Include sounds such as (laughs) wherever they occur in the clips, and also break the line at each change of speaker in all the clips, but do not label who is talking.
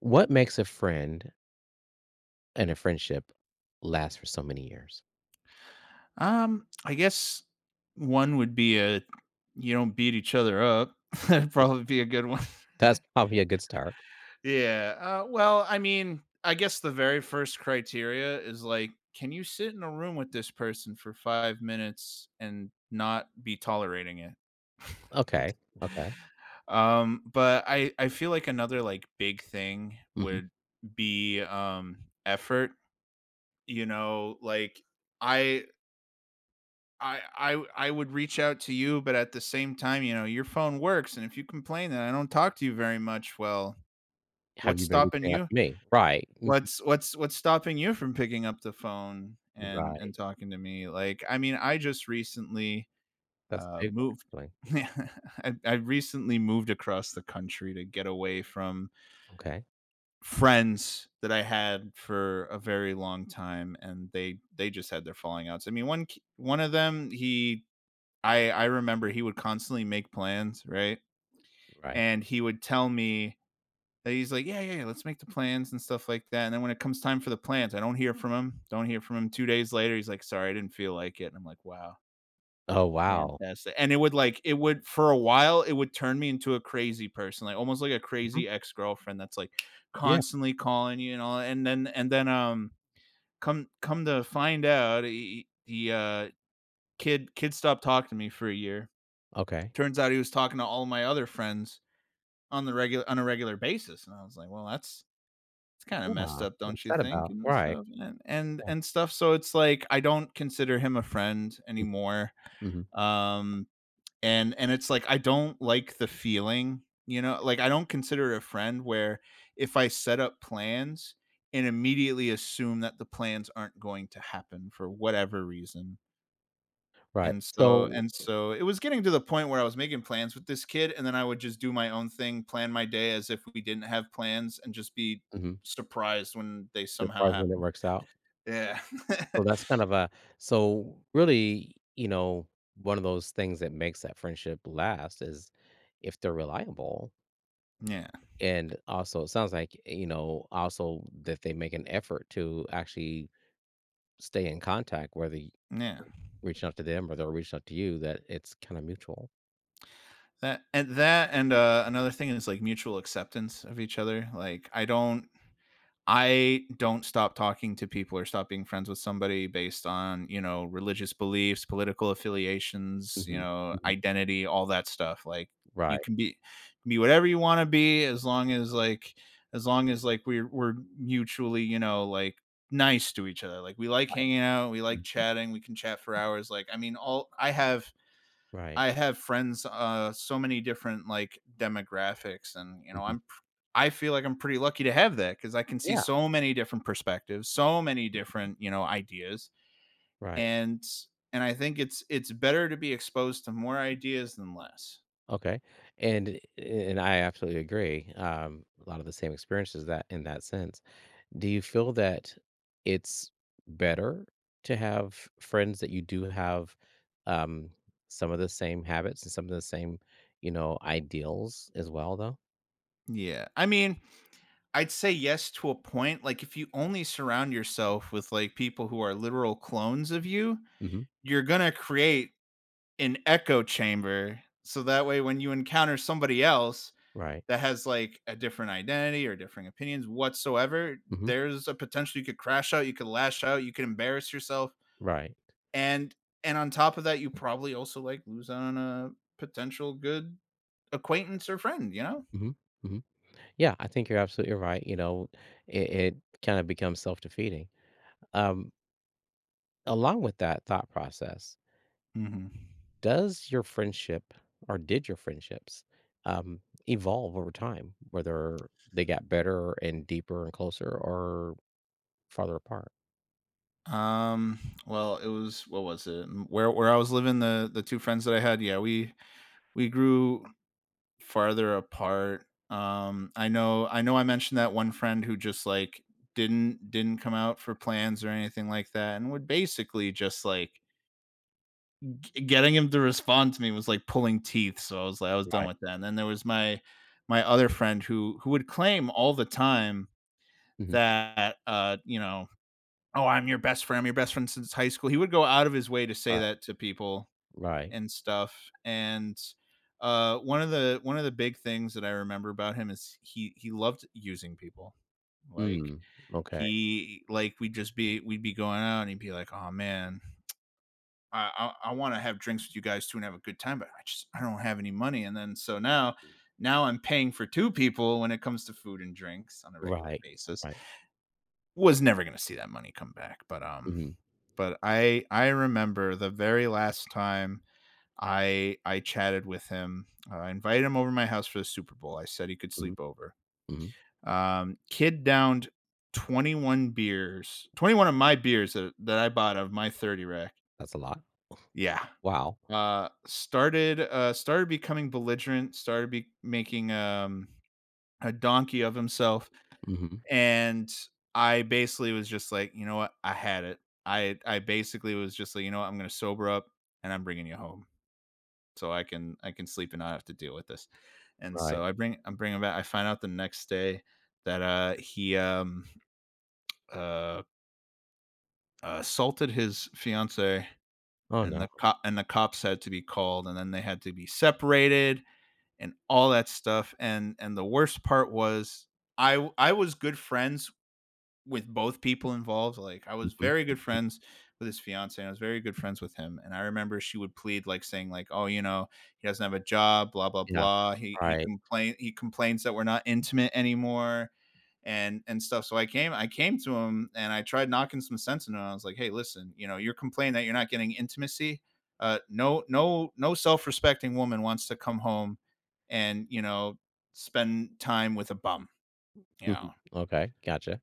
What makes a friend and a friendship last for so many years?
I guess one would be a you don't beat each other up. (laughs) That'd probably be a good one. (laughs)
That's probably a good start.
Yeah. Well, I mean, I guess the very first criteria is like, can you sit in a room with this person for 5 minutes and not be tolerating it?
Okay, okay.
But I feel like another like big thing
Mhm.
would be effort. You know, like I I would reach out to you, but at the same time, you know, your phone works, and if you complain that I don't talk to you very much, well,
Have
what's
you been
stopping
reaching out
you?
to me? Right. Mhm.
What's stopping you from picking up the phone and
Right.
talking to me? Like, I mean, I just recently
That's a big one,
moved.
actually.
(laughs) I recently moved across the country to get away from
Okay.
friends that I had for a very long time, and they just had their falling outs. I mean, one of them, he I remember he would constantly make plans, right?
Right.
And he would tell me that he's like, yeah, yeah, yeah, let's make the plans and stuff like that. And then when it comes time for the plans, I don't hear from him. Don't hear from him. 2 days later, he's like, sorry, I didn't feel like it. And I'm like, wow,
Oh, wow.
fantastic. And it would for a while, it would turn me into a crazy person, like almost like a
Mhm.
crazy ex girlfriend that's like
Yeah.
constantly calling you and all. And then Come to find out, he kid stopped talking to me for a year.
Okay.
Turns out he was talking to all my other friends on the regular, on a regular basis, and I was like, well, that's it's kind of messed
Yeah.
up, don't
What's
you
that
think?
about?
and
Right.
stuff and, and
Yeah.
and stuff So it's like I don't consider him a friend
Mhm.
anymore.
Mhm.
um and it's like I don't like the feeling, you know, like I don't consider it a friend where if I set up plans and immediately assume that the plans aren't going to happen for whatever reason.
Right.
and so and so it was getting to the point where I was making plans with this kid, and then I would just do my own thing, plan my day as if we didn't have plans, and just be
Mhm.
surprised when they
As
somehow
far as when it
happen.
works out.
Yeah. (laughs)
So that's kind of a So really, one of those things that makes that friendship last is if they're reliable.
Yeah,
And also, it sounds like, also that they make an effort to actually stay in contact, whether you
yeah.
reach out to them or they're reaching out to you, that it's kind of mutual.
That and another thing is, like, mutual acceptance of each other. Like, I don't stop talking to people or stop being friends with somebody based on, you know, religious beliefs, political affiliations, you
Hmm.
know,
Hmm.
identity, all that stuff. Like you
Right.
can be whatever you want to be, as long as we're mutually, you know, like nice to each other. Like we like
Right.
hanging out, we like
Mm.
chatting, we can chat for hours. Like I mean all
Right.
I have friends, so many different like demographics, and you know,
Hmm.
I feel like I'm pretty lucky to have that because I can see
Yeah.
so many different perspectives, so many different, you know, ideas,
Right.
and I think it's better to be exposed to more ideas than less.
Okay. And I absolutely agree. A lot of the same experiences that in that sense. Do you feel that it's better to have friends that you do have, um, some of the same habits and some of the same, ideals as well, though?
Yeah, I mean, I'd say yes to a point. Like if you only surround yourself with like people who are literal clones of you,
Hmm.
you're gonna create an echo chamber. So that way, when you encounter somebody else
Right.
that has like a different identity or differing opinions whatsoever,
Hmm.
there's a potential you could crash out, you could lash out, you could embarrass yourself,
Right.
and and on top of that, you probably also like lose on a potential good acquaintance or friend, you know.
Hmm. Hmm. Yeah, I think you're absolutely right. You know, it kind of becomes self defeating. Um, Along with that thought process,
Mm-hmm.
does your friendship or did your friendships, um, evolve over time, whether they got better and deeper and closer or farther apart?
Um. Well, it was what was it? Where I was living, the two friends that I had, yeah, we grew farther apart. I know I mentioned that one friend who just like didn't come out for plans or anything like that and would basically just like getting him to respond to me was like pulling teeth. So I was like, I was done
Right.
with that. And then there was my my other friend who would claim all the time
Mhm.
that, you know, oh, I'm your best friend, I'm your best friend since high school. He would go out of his way to say
Right,
that to people
right.
and stuff. And one of the big things that I remember about him is he loved using people. Like
Mm, okay.
he like we'd be going out and he'd be like, "Oh man, I I want to have drinks with you guys too and have a good time, but I don't have any money." And then so now, now I'm paying for two people when it comes to food and drinks on a regular
Right,
basis.
right.
Was never going to see that money come back, but
Mhm,
but I remember the very last time I chatted with him. I invited him over to my house for the Super Bowl. I said he could
mhm,
sleep over.
mhm.
Kid downed 21 beers, 21 of my beers that, I bought out of my 30 rack.
That's a lot.
Yeah.
Wow.
Started becoming belligerent. Started be making a donkey of himself,
Mhm,
and I basically was just like, you know what, I had it. I basically was just like, you know what, I'm gonna sober up and I'm bringing you home, so I can sleep and not have to deal with this. And
right.
so I bring I am bringing back. I find out the next day that he uh assaulted his fiance
Oh,
and
no.
the cops had to be called and then they had to be separated and all that stuff. And the worst part was I was good friends with both people involved. Like I was
Mhm.
very good
Mm,
friends with his fiance, and I was very good friends with him. And I remember she would plead, like saying, like, "Oh, you know, he doesn't have a job, blah blah
yeah.
blah.
Right.
He complains that we're not intimate anymore." And stuff. I came to him and I tried knocking some sense into him. I was like, hey, listen, you know, you're complaining that you're not getting intimacy. No, no, no self-respecting woman wants to come home and, you know, spend time with a bum, you
Mhm.
know,
Okay, gotcha.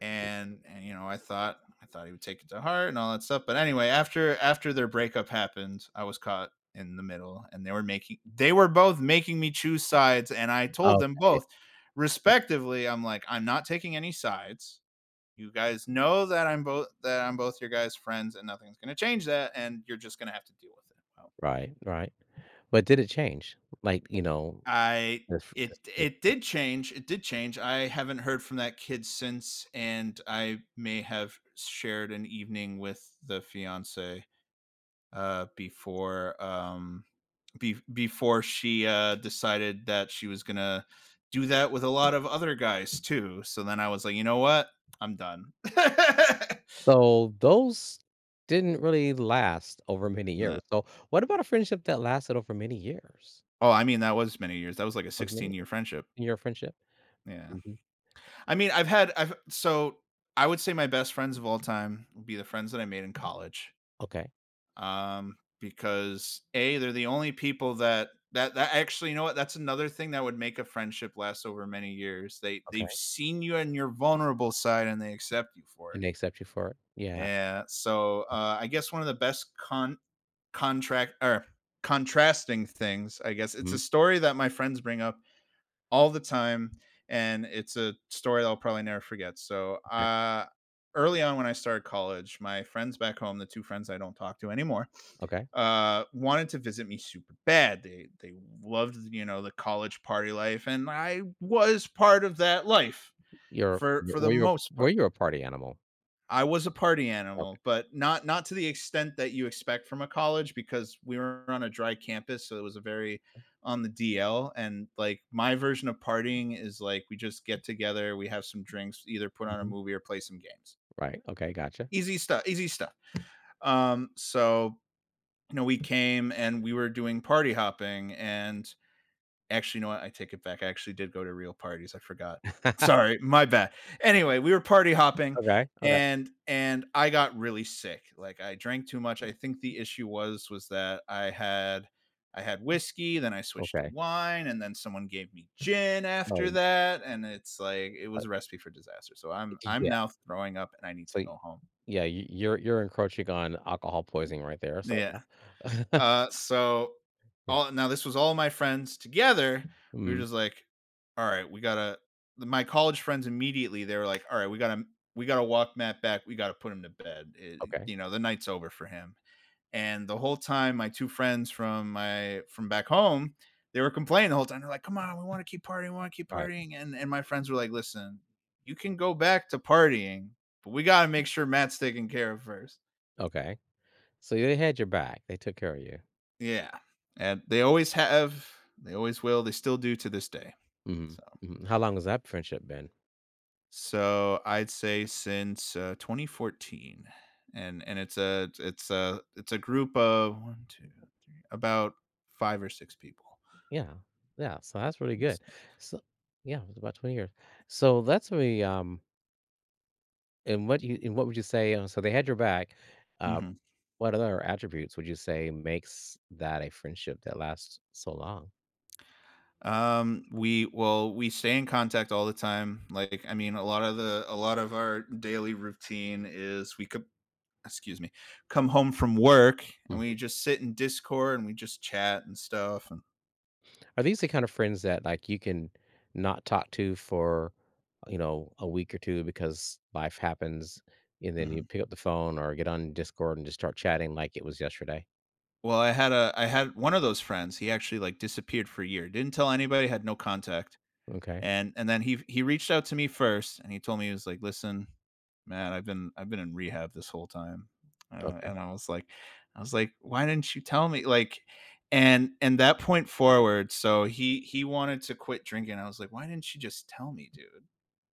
and you know I thought he would take it to heart and all that stuff. But anyway, after their breakup happened, I was caught in the middle and they were both making me choose sides, and I told
Okay,
them both
yeah.
respectively, I'm like, I'm not taking any sides. You guys know that I'm both your guys friends and nothing's going to change that, and you're just going to have to deal with it. Well,
Right, right. But did it change? Like, you know,
I
this
it
this this
it did change. It did change. I haven't heard from that kid since, and I may have shared an evening with the fiance before before she, decided that she was gonna do that with a lot of other guys too. So then I was like, you know what? I'm done. (laughs)
So those didn't really last over many
No.
years. So what about a friendship that lasted over many years?
Oh, I mean that was many years. That was like a
Was many
16
years
year friendship.
in your friendship?
Yeah.
Mhm.
I mean, I would say my best friends of all time would be the friends that I made in college.
Okay,
Because A, they're the only people that that actually, you know what? That's another thing that would make a friendship last over many years. They
okay,
they've seen you and your vulnerable side and they accept you for
and
it.
they accept you for it? Yeah.
Yeah. So I guess one of the best con contract or contrasting things, I guess, it's
Mhm,
a story that my friends bring up all the time, and it's a story that I'll probably never forget. So,
okay,
early on when I started college, my friends back home, the two friends I don't talk to anymore,
okay.
wanted to visit me super bad. They loved, you know, the college party life, and I was part of that life
You're
for
w
the
were you a
most
were
part.
you a party animal?
I was a party
Okay,
animal, but not to the extent that you expect from a college because we were on a dry campus, so it was a very on the DL, and like my version of partying is like we just get together, we have some drinks, either put on a
mhm,
movie or play some games.
right, okay, gotcha.
Easy stuff, easy stuff. Um so you know, we came and we were doing party hopping and actually, you know what? I take it back. I actually did go to real parties. I forgot. (laughs)
(laughs)
Sorry, my bad. Anyway, we were party hopping
Okay, okay,
and I got really sick. Like I drank too much. I think the issue was that I had whiskey, then I switched to
okay.
wine, and then someone gave me gin
Oh
after
you
that, and it's like it was a recipe for disaster. So I'm
Yeah,
now throwing up and I need to
so y-
go home.
yeah, you're encroaching on alcohol poisoning right there, so
Yeah.
yeah. (laughs)
So
Yeah,
all now this was all my friends together. We were
mhm,
just like, all right, we gotta. My college friends immediately they were like, all right, we gotta walk Matt back. We gotta put him to bed.
okay,
The night's over for him. And the whole time, my two friends from my from back home, they were complaining the whole time. They're like, come on, we want to keep partying, we want to keep
all right,
partying. And my friends were like, listen, you can go back to partying, but we gotta make sure Matt's taken care of first."
okay. So they had your back. They took care of you.
Yeah. And they always have, they always will, they still do to this day.
Mhm,
So
mhm. How long has that friendship been?
so I'd say since 2014. And it's a it's a group of one, two, three, about five or six people.
Yeah. Yeah, so that's really good.
It's-
So yeah, it was about 20 years. So that's really, and what you And what would you say, so they had your back, uh,
mhm.
what other attributes would you say makes that a friendship that lasts so long?
We well we stay in contact all the time. Like I mean a lot of our daily routine is we could excuse me, come home from work and
Mhm.
we just sit in Discord and we just chat and stuff and
Are these the kind of friends that, like, you can not talk to for, a week or 2 because life happens, and then you
mhm.
pick up the phone or get on Discord and just start chatting like it was yesterday?
Well, I had one of those friends, he actually, like, disappeared for a year, didn't tell anybody, had no contact,
Okay,
and then he reached out to me first, and he told me, he was like, "Listen, man, I've been in rehab this whole time,"
okay.
and I was like, "Why didn't you tell me?" Like and that point forward, so he wanted to quit drinking, I was like, "Why didn't you just tell me, dude?"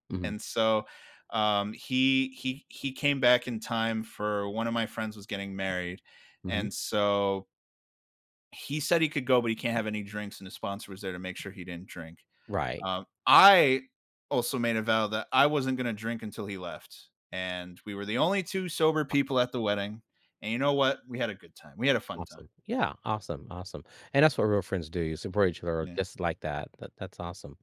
Mhm,
And so, he came back in time for one of my friends was getting married,
mhm.
and so he said he could go, but he can't have any drinks, and his sponsor was there to make sure he didn't drink.
Right.
I also made a vow that I wasn't going to drink until he left, and we were the only two sober people at the wedding. And you know what? We had a good time. We had a fun time.
Awesome. Yeah, awesome, awesome, and that's what real friends do, you support each other
Yeah.
just like that. That's awesome.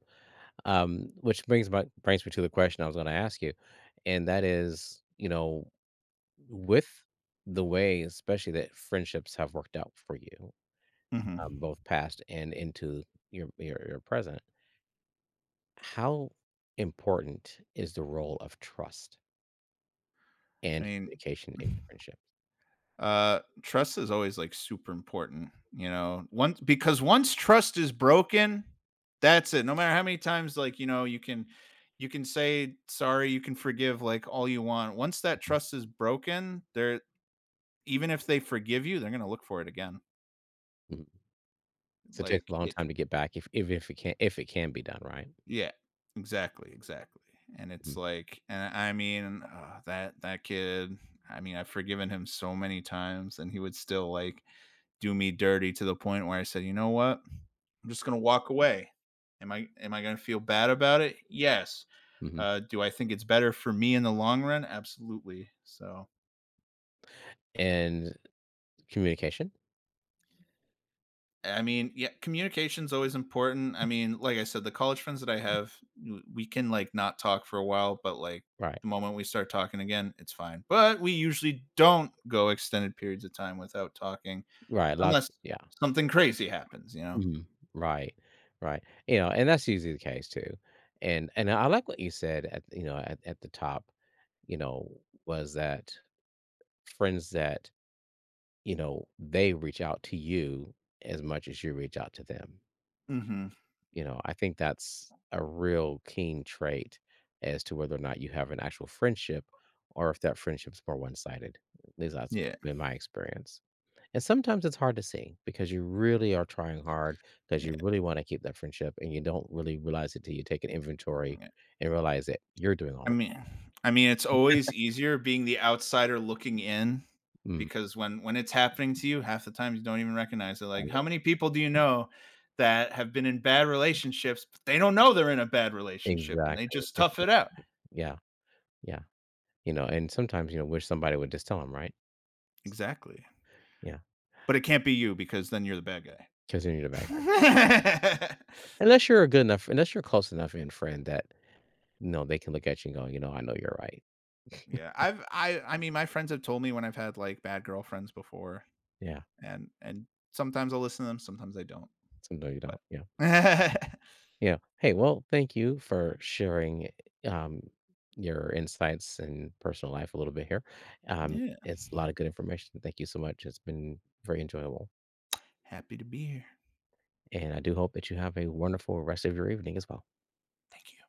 Which brings my brings me to the question I was gonna ask you, and that is, with the way especially that friendships have worked out for you,
Hmm.
both past and into your present, how important is the role of trust
I
and
mean,
communication in your
(laughs)
friendship?
Trust is always like super important, you know. Once because once trust is broken, that's it. No matter how many times, like you know, you can say sorry, you can forgive, like all you want. Once that
Mhm.
trust is broken, they're even if they forgive you, they're gonna look for it again.
Mhm. So it takes a
Like
long
it,
time to get back if it can be done, right?
yeah, exactly, exactly. And it's
Mhm,
like, and I mean, that that kid. I mean, I've forgiven him so many times, and he would still like do me dirty to the point where I said, you know what? I'm just going to walk away. Am I going to feel bad about it? Yes.
mhm,
Do I think it's better for me in the long run? Absolutely. So
and communication,
I mean, yeah, communication's always important. I mean, like I said, the college friends that I have, we can like not talk for a while, but like
right,
the moment we start talking again, it's fine. But we usually don't go extended periods of time without talking
right, A lot
unless
yeah,
something crazy happens, you know.
mhm, right, right, and that's usually the case too, and I like what you said at the top, you know, was that friends that, they reach out to you as much as you reach out to them.
Mhm.
I think that's a real keen trait as to whether or not you have an actual friendship or if that friendship's more one sided. At least that's
Yeah.
been my experience. And sometimes it's hard to see because you really are trying hard because you
Yeah,
really want to keep that friendship and you don't really realize it till you take an inventory
yeah.
and realize that you're doing all
I
the
mean I mean, it's always easier being the outsider looking in
mm,
because when it's happening to you, half the time you don't even recognize it.
all
Like, how
the-
many people do you know that have been in bad relationships, but they don't know they're in a bad relationship and they
exactly,
just tough
exactly.
it out?
Yeah. Yeah. And sometimes, wish somebody would just tell them, right?
Exactly.
Yeah.
But it can't be you because then you're the bad guy.
Continue to back.
(laughs)
Unless you're a good enough, unless you're close enough in friend that. No, they can look at you and go, "You know, I know you're right."
Yeah, I mean, my friends have told me when I've had, like, bad girlfriends before,
Yeah.
and sometimes I'll listen to them, sometimes I don't,
So, no, you
but
don't. Yeah.
(laughs)
Yeah. Hey, well, thank you for sharing, um, your insights and personal life a little bit here. Um,
Yeah,
it's a lot of good information. Thank you so much. It's been very enjoyable,
happy to be here.
and I do hope that you have a wonderful rest of your evening as well.
Thank you.